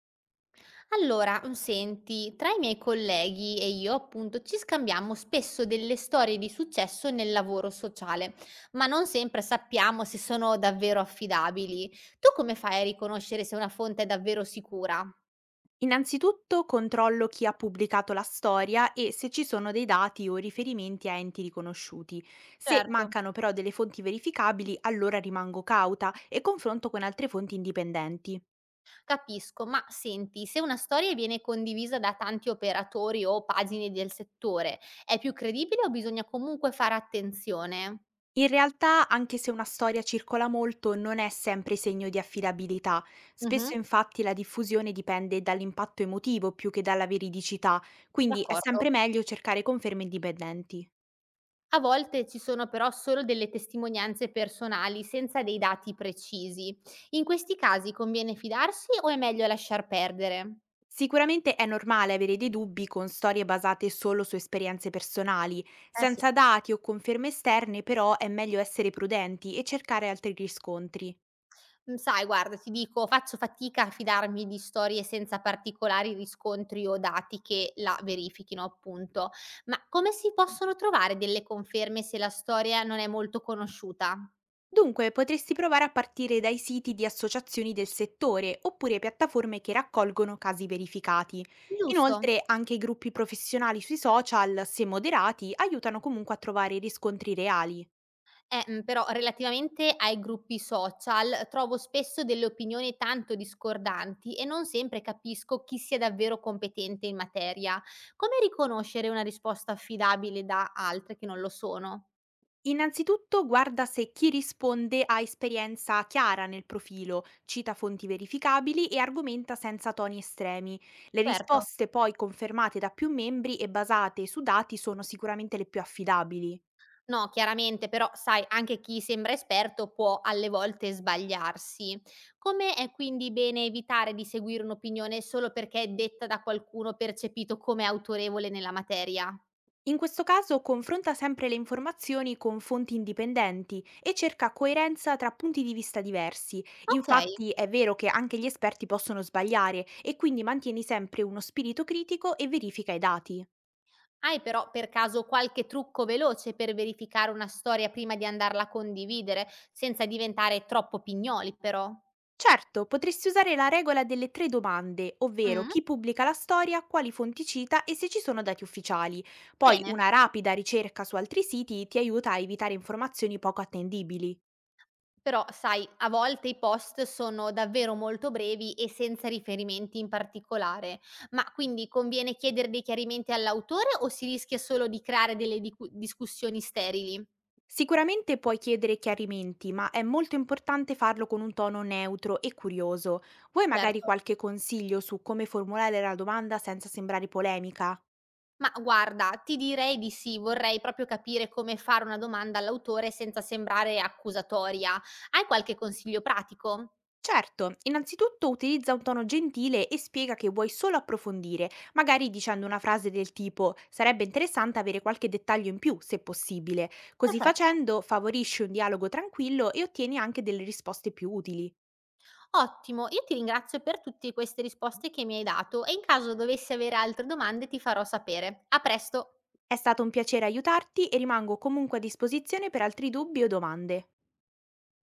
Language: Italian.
Allora, senti, tra i miei colleghi e io, appunto, ci scambiamo spesso delle storie di successo nel lavoro sociale, ma non sempre sappiamo se sono davvero affidabili. Tu come fai a riconoscere se una fonte è davvero sicura? Innanzitutto controllo chi ha pubblicato la storia e se ci sono dei dati o riferimenti a enti riconosciuti. Se Certo. mancano però delle fonti verificabili, allora rimango cauta e confronto con altre fonti indipendenti. Capisco, ma senti, se una storia viene condivisa da tanti operatori o pagine del settore, è più credibile o bisogna comunque fare attenzione? In realtà, anche se una storia circola molto, non è sempre segno di affidabilità. Mh-mh, Spesso infatti la diffusione dipende dall'impatto emotivo più che dalla veridicità, quindi è sempre d'accordo. meglio cercare conferme indipendenti. A volte ci sono però solo delle testimonianze personali senza dei dati precisi. In questi casi conviene fidarsi o è meglio lasciar perdere? Sicuramente è normale avere dei dubbi con storie basate solo su esperienze personali. Eh sì. Senza dati o conferme esterne, però, è meglio essere prudenti e cercare altri riscontri. Mm, sai, guarda, ti dico, faccio fatica a fidarmi di storie senza particolari riscontri o dati che la verifichino, appunto. Ma come si possono trovare delle conferme se la storia non è molto conosciuta? Dunque, potresti provare a partire dai siti di associazioni del settore oppure piattaforme che raccolgono casi verificati. Giusto? Inoltre, anche i gruppi professionali sui social, se moderati, aiutano comunque a trovare riscontri reali. Mhmm, però relativamente ai gruppi social trovo spesso delle opinioni tanto discordanti e non sempre capisco chi sia davvero competente in materia. Come riconoscere una risposta affidabile da altre che non lo sono? Innanzitutto guarda se chi risponde ha esperienza chiara nel profilo, cita fonti verificabili e argomenta senza toni estremi. Le Certo. risposte poi confermate da più membri e basate su dati sono sicuramente le più affidabili. No, chiaramente, però sai anche chi sembra esperto può alle volte sbagliarsi. Come è quindi bene evitare di seguire un'opinione solo perché è detta da qualcuno percepito come autorevole nella materia? In questo caso confronta sempre le informazioni con fonti indipendenti e cerca coerenza tra punti di vista diversi. Okay. Infatti è vero che anche gli esperti possono sbagliare e quindi mantieni sempre uno spirito critico e verifica i dati. Hai però per caso qualche trucco veloce per verificare una storia prima di andarla a condividere, senza diventare troppo pignoli però? Certo, potresti usare la regola delle tre domande, ovvero Mh, chi pubblica la storia, quali fonti cita e se ci sono dati ufficiali. Poi bene. una rapida ricerca su altri siti ti aiuta a evitare informazioni poco attendibili. Però sai, a volte i post sono davvero molto brevi e senza riferimenti in particolare. Ma quindi conviene chiedere dei chiarimenti all'autore o si rischia solo di creare delle dicu discussioni sterili? Sicuramente puoi chiedere chiarimenti, ma è molto importante farlo con un tono neutro e curioso. Vuoi magari Certo. qualche consiglio su come formulare la domanda senza sembrare polemica? Ma guarda, ti direi di sì, vorrei proprio capire come fare una domanda all'autore senza sembrare accusatoria. Hai qualche consiglio pratico? Certo, innanzitutto utilizza un tono gentile e spiega che vuoi solo approfondire, magari dicendo una frase del tipo sarebbe interessante avere qualche dettaglio in più, se possibile. Così Perfetto, facendo favorisci un dialogo tranquillo e ottieni anche delle risposte più utili. ottimo, io ti ringrazio per tutte queste risposte che mi hai dato e in caso dovessi avere altre domande ti farò sapere. A presto! È stato un piacere aiutarti e rimango comunque a disposizione per altri dubbi o domande.